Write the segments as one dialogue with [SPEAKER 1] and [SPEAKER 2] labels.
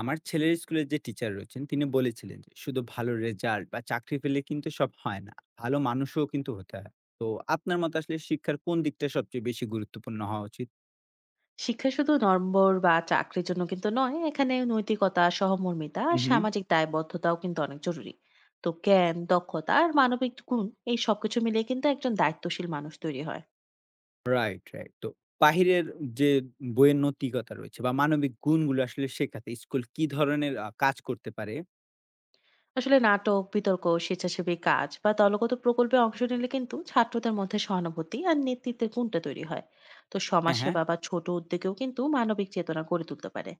[SPEAKER 1] আমার ছেলের স্কুলের যে টিচার রয়েছেন তিনি বলেছিলেন যে শুধু ভালো রেজাল্ট বা চাকরি পেলে কিন্তু সব হয় না ভালো মানুষও কিন্তু হতে হয় তো আপনার মতে আসলে শিক্ষার কোন দিকটা সবচেয়ে বেশি গুরুত্বপূর্ণ হওয়া উচিত
[SPEAKER 2] শিক্ষা শুধু নম্বর বা চাকরির জন্য কিন্তু নয়, এখানে নৈতিকতা, সহমর্মিতা আর
[SPEAKER 1] হুম হুম
[SPEAKER 2] সামাজিক দায়বদ্ধতাও কিন্তু অনেক জরুরি। তো জ্ঞান, দক্ষতা আর মানবিক গুণ, এই সবকিছু মিলিয়ে কিন্তু একজন দায়িত্বশীল মানুষ তৈরি হয়।
[SPEAKER 1] রাইট রাইট তো বাহিরের যে বইয়ের নৈতিকতা রয়েছে বা মানবিক গুণগুলো আসলে শেখাতে স্কুল কি ধরনের কাজ করতে পারে
[SPEAKER 2] আসলে নাটক, বিতর্ক, স্বেচ্ছাসেবী কাজ বা দলগত প্রকল্পে অংশ নিলে কিন্তু ছাত্রদের মধ্যে সহানুভূতি আর নেতৃত্বের গুণটা তৈরি হয়। তো
[SPEAKER 1] হ্যাঁ হ্যাঁ
[SPEAKER 2] সমাজসেবা বা ছোট উদ্যোগেও কিন্তু মানবিক চেতনা গড়ে তুলতে পারে।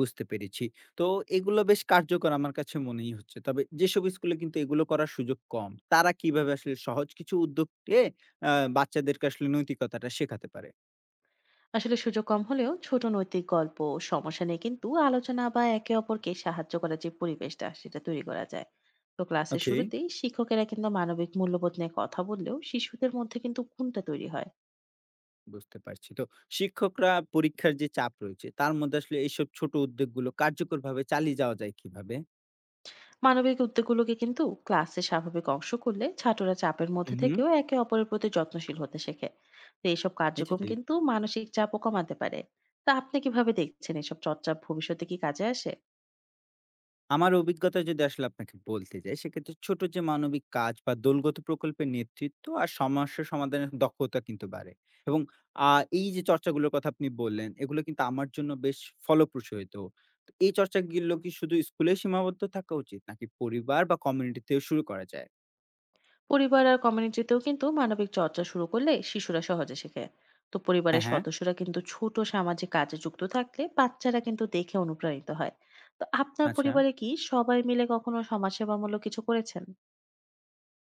[SPEAKER 1] বুঝতে পেরেছি। তো এগুলো বেশ কার্যকর আমার কাছে মনেই হচ্ছে। তবে যেসব স্কুলে কিন্তু এগুলো করার সুযোগ কম, তারা কিভাবে আসলে সহজ কিছু উদ্যোগ নিয়ে আ বাচ্চাদেরকে আসলে নৈতিকতাটা শেখাতে পারে?
[SPEAKER 2] আসলে সুযোগ কম হলেও ছোট নৈতিক গল্প ও সমস্যা নিয়ে কিন্তু আলোচনা বা একে অপরকে সাহায্য করার যে পরিবেশটা, সেটা তৈরি করা যায়। তো ক্লাসের
[SPEAKER 1] ওকে,
[SPEAKER 2] শুরুতেই শিক্ষকেরা কিন্তু মানবিক মূল্যবোধ নিয়ে কথা বললেও শিশুদের মধ্যে কিন্তু কোনটা তৈরি হয়।
[SPEAKER 1] বুঝতে পারছি। তো শিক্ষকরা পরীক্ষার যে চাপ রয়েছে, তার মধ্যে আসলে এইসব ছোট উদ্যোগগুলো কার্যকরভাবে চালিয়ে যাওয়া যায় কিভাবে?
[SPEAKER 2] মানবিক উদ্যোগগুলোকে কিন্তু ক্লাসে স্বাভাবিক অংশ করলে ছাত্ররা চাপের মধ্যে
[SPEAKER 1] উহু,
[SPEAKER 2] থেকেও একে অপরের প্রতি যত্নশীল হতে শেখে। তো এইসব
[SPEAKER 1] এটা
[SPEAKER 2] কার্যক্রম
[SPEAKER 1] ঠিক।
[SPEAKER 2] কিন্তু মানসিক চাপও কমাতে পারে। তা আপনি কিভাবে দেখছেন, এসব চর্চা ভবিষ্যতে কি কাজে আসে?
[SPEAKER 1] আমার অভিজ্ঞতা যদি আসলে আপনাকে বলতে যাই, সেক্ষেত্রে ছোট যে মানবিক কাজ বা দলগত প্রকল্পের নেতৃত্ব আর সমস্যা সমাধানের দক্ষতা কিন্তু বাড়ে। এবং আ এই যে চর্চাগুলোর কথা আপনি বললেন, এগুলো কিন্তু আমার জন্য বেশ ফলপ্রসূ হইতো। তো এই চর্চাগুলো কি শুধু স্কুলে সীমাবদ্ধ থাকা উচিত নাকি পরিবার বা কমিউনিটিতেও শুরু করা যায়?
[SPEAKER 2] পরিবার আর কমিউনিটিতেও কিন্তু মানবিক চর্চা শুরু করলে শিশুরা সহজে শেখে। তো
[SPEAKER 1] হ্যাঁ,
[SPEAKER 2] পরিবারের
[SPEAKER 1] হ্যাঁ।
[SPEAKER 2] সদস্যরা কিন্তু ছোট সামাজিক কাজে যুক্ত থাকলে বাচ্চারা কিন্তু দেখে অনুপ্রাণিত হয়। তো আপনার
[SPEAKER 1] আচ্ছা।
[SPEAKER 2] পরিবারে কি সবাই মিলে কখনো সমাজসেবামূলক কিছু করেছেন?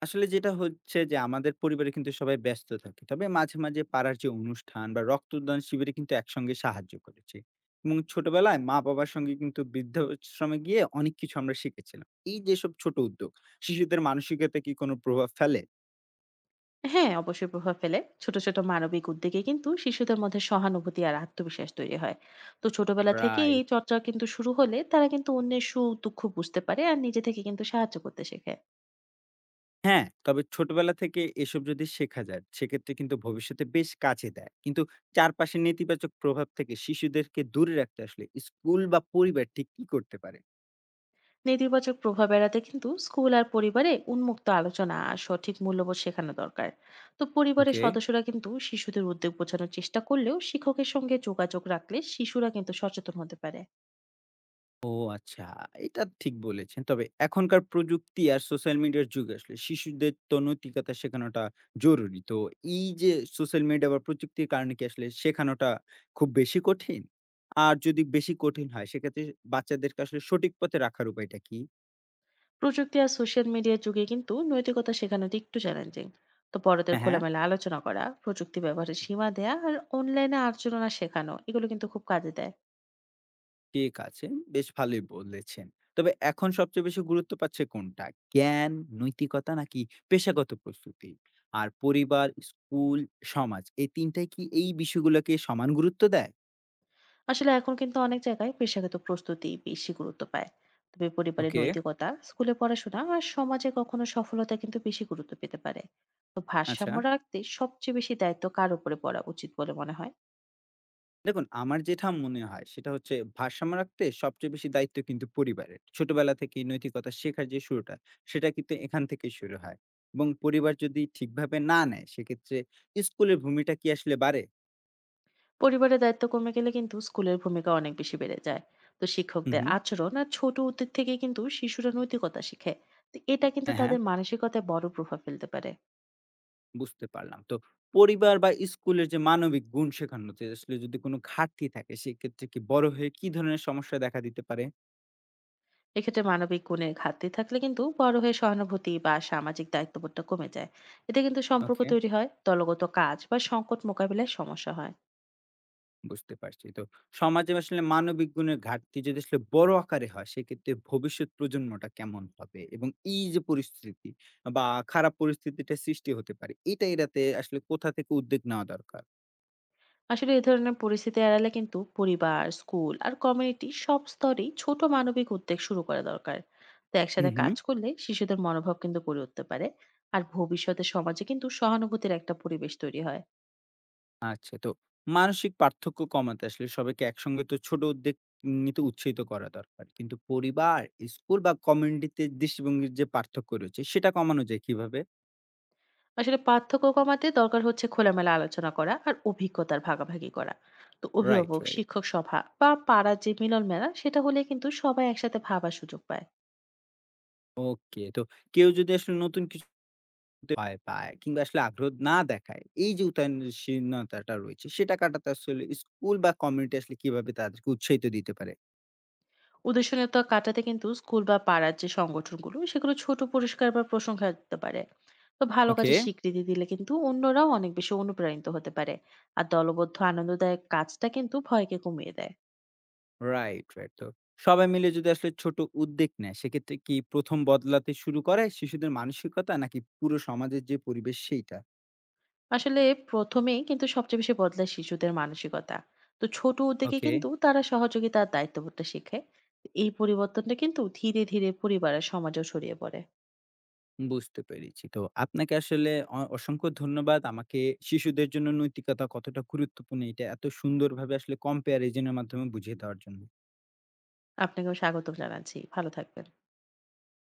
[SPEAKER 1] আসলে যেটা হচ্ছে যে আমাদের পরিবারে কিন্তু সবাই ব্যস্ত থাকে। তবে মাঝে, মাঝে পাড়ার যে অনুষ্ঠান বা রক্তদান শিবিরে কিন্তু একসঙ্গে সাহায্য করেছি। এবং ছোটবেলায় মা-বাবার সঙ্গে কিন্তু বৃদ্ধাশ্রমে গিয়ে অনেক কিছু আমরা শিখেছিলাম। এই যেসব ছোট উদ্যোগ শিশুদের মানসিকতায় কি কোনো প্রভাব ফেলে?
[SPEAKER 2] হ্যাঁ, অবশ্যই প্রভাব ফেলে। ছোট ছোট মানবিক উদ্যোগে কিন্তু শিশুদের মধ্যে সহানুভূতি আর আত্মবিশ্বাস তৈরি হয়। তো ছোটবেলা থেকেই এই
[SPEAKER 1] রাইট।
[SPEAKER 2] চর্চা কিন্তু শুরু হলে তারা কিন্তু অন্যের সুখ দুঃখ বুঝতে পারে আর নিজে থেকে কিন্তু সাহায্য করতে শেখে।
[SPEAKER 1] হ্যাঁ, তবে ছোটবেলা থেকে এসব যদি শেখা যায় সেক্ষেত্রে কিন্তু ভবিষ্যতে বেশ কাজে দেয়। কিন্তু চারপাশের নেতিবাচক প্রভাব থেকে শিশুদেরকে দূরে রাখতে আসলে স্কুল বা পরিবার ঠিক কি করতে পারে?
[SPEAKER 2] নেতিবাচক প্রভাব এড়াতে কিন্তু স্কুল আর পরিবারে উন্মুক্ত আলোচনা আর সঠিক মূল্যবোধ শেখানো দরকার। তো পরিবারের
[SPEAKER 1] ওকে।
[SPEAKER 2] সদস্যরা কিন্তু শিশুদের উদ্বেগ বোঝানোর চেষ্টা করলেও শিক্ষকের সঙ্গে যোগাযোগ রাখলে শিশুরা কিন্তু সচেতন হতে পারে।
[SPEAKER 1] ও আচ্ছা, এটা ঠিক বলেছেন। তবে এখনকার প্রযুক্তি আর সোশ্যাল মিডিয়ার যুগে আসলে শিশুদের তো নৈতিকতা শেখানোটা জরুরি। তো এই যে সোশ্যাল মিডিয়া বা প্রযুক্তির কারণে কি আসলে শেখানোটা খুব বেশি কঠিন? আর যদি বেশি কঠিন হয় সেক্ষেত্রে বাচ্চাদেরকে আসলে সঠিক পথে রাখার উপায়টা কি?
[SPEAKER 2] প্রযুক্তি আর সোশ্যাল মিডিয়ার যুগে কিন্তু নৈতিকতা শেখানোটা একটু চ্যালেঞ্জিং। তো বড়দের
[SPEAKER 1] হ্যাঁ, হ্যাঁ।
[SPEAKER 2] খোলামেলা আলোচনা করা, প্রযুক্তি ব্যবহারের সীমা দেয়া আর অনলাইনে আলোচনা শেখানো, এগুলো কিন্তু খুব কাজে দেয়।
[SPEAKER 1] ঠিক আছে, বেশ ভালোই বলেছেন। তবে এখন সবচেয়ে বেশি গুরুত্ব পাচ্ছে কোনটা? জ্ঞান, নৈতিকতা নাকি পেশাগত প্রস্তুতি? আর পরিবার, স্কুল, সমাজ এই ৩ টাই কি এই বিষয়গুলোকে সমান গুরুত্ব দেয়?
[SPEAKER 2] আসলে এখন কিন্তু অনেক জায়গায় পেশাগত প্রস্তুতি বেশি গুরুত্ব পায়। তবে পরিবারের
[SPEAKER 1] ওকে,
[SPEAKER 2] নৈতিকতা, স্কুলে পড়াশোনা আর সমাজে কখনো সফলতা কিন্তু বেশি গুরুত্ব পেতে পারে। তো
[SPEAKER 1] আচ্ছা।
[SPEAKER 2] ভারসাম্য রাখতে সবচেয়ে বেশি দায়িত্ব কার উপরে পড়া উচিত বলে মনে হয়?
[SPEAKER 1] দেখুন, আমার যেটা মনে হয় সেটা হচ্ছে ভারসাম্য রাখতে সবচেয়ে বেশি দায়িত্ব কিন্তু পরিবারের। ছোটবেলা থেকেই নৈতিকতা শেখার যে শুরুটা, সেটা কিন্তু এখান থেকেই শুরু হয়। এবং পরিবার যদি ঠিকভাবে না নেয়, সেক্ষেত্রে স্কুলের ভূমিটা কি আসলে বাড়ে?
[SPEAKER 2] পরিবারের দায়িত্ব কমে গেলে কিন্তু স্কুলের ভূমিকা অনেক বেশি বেড়ে যায়। তো
[SPEAKER 1] হুম,
[SPEAKER 2] শিক্ষকদের
[SPEAKER 1] হুম।
[SPEAKER 2] আচরণ আর ছোট উদ্যোগ থেকে কিন্তু শিশুরা নৈতিকতা শিখে। তো এটা কিন্তু
[SPEAKER 1] হ্যাঁ, হ্যাঁ।
[SPEAKER 2] তাদের মানসিকতায় বড় প্রভাব ফেলতে পারে।
[SPEAKER 1] বুঝতে পারলাম। তো পরিবার বা স্কুলের যে মানবিক গুণ শেখানোতে আসলে যদি কোনো ঘাটতি থাকে সেক্ষেত্রে কি বড় হয়ে কি ধরনের সমস্যা দেখা দিতে পারে?
[SPEAKER 2] এক্ষেত্রে মানবিক গুণের ঘাটতি থাকলে কিন্তু বড় হয়ে সহানুভূতি বা সামাজিক দায়িত্ববোধটা কমে যায়। এতে কিন্তু সম্পর্ক
[SPEAKER 1] ওকে,
[SPEAKER 2] তৈরি হয়, দলগত কাজ বা সংকট মোকাবিলায় সমস্যা হয়।
[SPEAKER 1] বুঝতে পারছি। তো সমাজে আসলে মানবিক গুণের ঘাটতি যদি আসলে বড় আকারে হয় সেক্ষেত্রে ভবিষ্যৎ প্রজন্মটা কেমন হবে? এবং এই যে পরিস্থিতি বা খারাপ পরিস্থিতিটা সৃষ্টি হতে পারে এটা এড়াতে আসলে কোথা থেকে উদ্যোগ নেওয়া দরকার?
[SPEAKER 2] আসলে এই ধরনের পরিস্থিতি এড়ালে কিন্তু পরিবার, স্কুল আর কমিউনিটি সব স্তরেই ছোট মানবিক উদ্যোগ শুরু করা দরকার। তো
[SPEAKER 1] হু,
[SPEAKER 2] একসাথে
[SPEAKER 1] হু।
[SPEAKER 2] কাজ করলে শিশুদের মনোভাব কিন্তু গড়ে উঠতে পারে। আর ভবিষ্যতে সমাজে কিন্তু সহানুভূতির একটা পরিবেশ তৈরি হয়।
[SPEAKER 1] আচ্ছা তো মানসিক পার্থক্য কমাতে আসলে সবাইকে একসঙ্গে তো ছোট উদ্যোগ নিতে উৎসাহিত করা দরকার কিন্তু পরিবার স্কুল বা কমিউনিটিতে দৃষ্টিভঙ্গির যে পার্থক্য রয়েছে সেটা কমানো যায় কিভাবে
[SPEAKER 2] আসলে পার্থক্য কমাতে দরকার হচ্ছে খোলামেলা আলোচনা করা আর অভিজ্ঞতার ভাগাভাগি করা। তো
[SPEAKER 1] রাইট
[SPEAKER 2] অভিভাবক
[SPEAKER 1] রাইট
[SPEAKER 2] শিক্ষক সভা বা পাড়ার যে মিলন মেলা, সেটা হলে কিন্তু সবাই একসাথে ভাবার সুযোগ পায়।
[SPEAKER 1] ওকে তো কেউ যদি আসলে নতুন কিছু করতে ভয় পায় কিংবা আসলে আগ্রহ না দেখায় এই যে উদাসীনতাটা রয়েছে সেটা কাটাতে আসলে স্কুল বা কমিউনিটি আসলে কিভাবে তাদেরকে উৎসাহিত দিতে পারে
[SPEAKER 2] উদাসীনতা কাটাতে কিন্তু স্কুল বা পাড়ার যে সংগঠনগুলো, সেগুলো ছোট পুরস্কার বা প্রশংসা দিতে পারে। তো ভালো
[SPEAKER 1] ওকে
[SPEAKER 2] কাজের স্বীকৃতি দিলে কিন্তু অন্যরাও অনেক বেশি অনুপ্রাণিত হতে পারে। আর দলবদ্ধ আনন্দদায়ক কাজটা কিন্তু ভয়কে কমিয়ে দেয়।
[SPEAKER 1] Right, right. তো সবাই মিলে যদি আসলে ছোট উদ্যোগ নেয়, সেক্ষেত্রে কি ১ম বদলাতে শুরু করে শিশুদের মানসিকতা নাকি পুরো সমাজের যে পরিবেশ সেইটা?
[SPEAKER 2] আসলে প্রথমেই কিন্তু সবচেয়ে বেশি বদলায় শিশুদের মানসিকতা। তো ছোট উদ্যোগে
[SPEAKER 1] ওকে।
[SPEAKER 2] কিন্তু তারা সহযোগিতার দায়িত্ববোধটা শেখে। এই পরিবর্তনটা কিন্তু ধীরে ধীরে পরিবার আর সমাজেও ছড়িয়ে পড়ে।
[SPEAKER 1] বুঝতে পেরেছি। তো আপনাকে আসলে অসংখ্য ধন্যবাদ। আমাকে শিশুদের জন্য নৈতিকতা কতটা গুরুত্বপূর্ণ এটা এত সুন্দরভাবে আসলে comparison এর মাধ্যমে বুঝিয়ে দেওয়ার জন্য।
[SPEAKER 2] আপনাকেও স্বাগতম জানাচ্ছি। ভালো থাকবেন।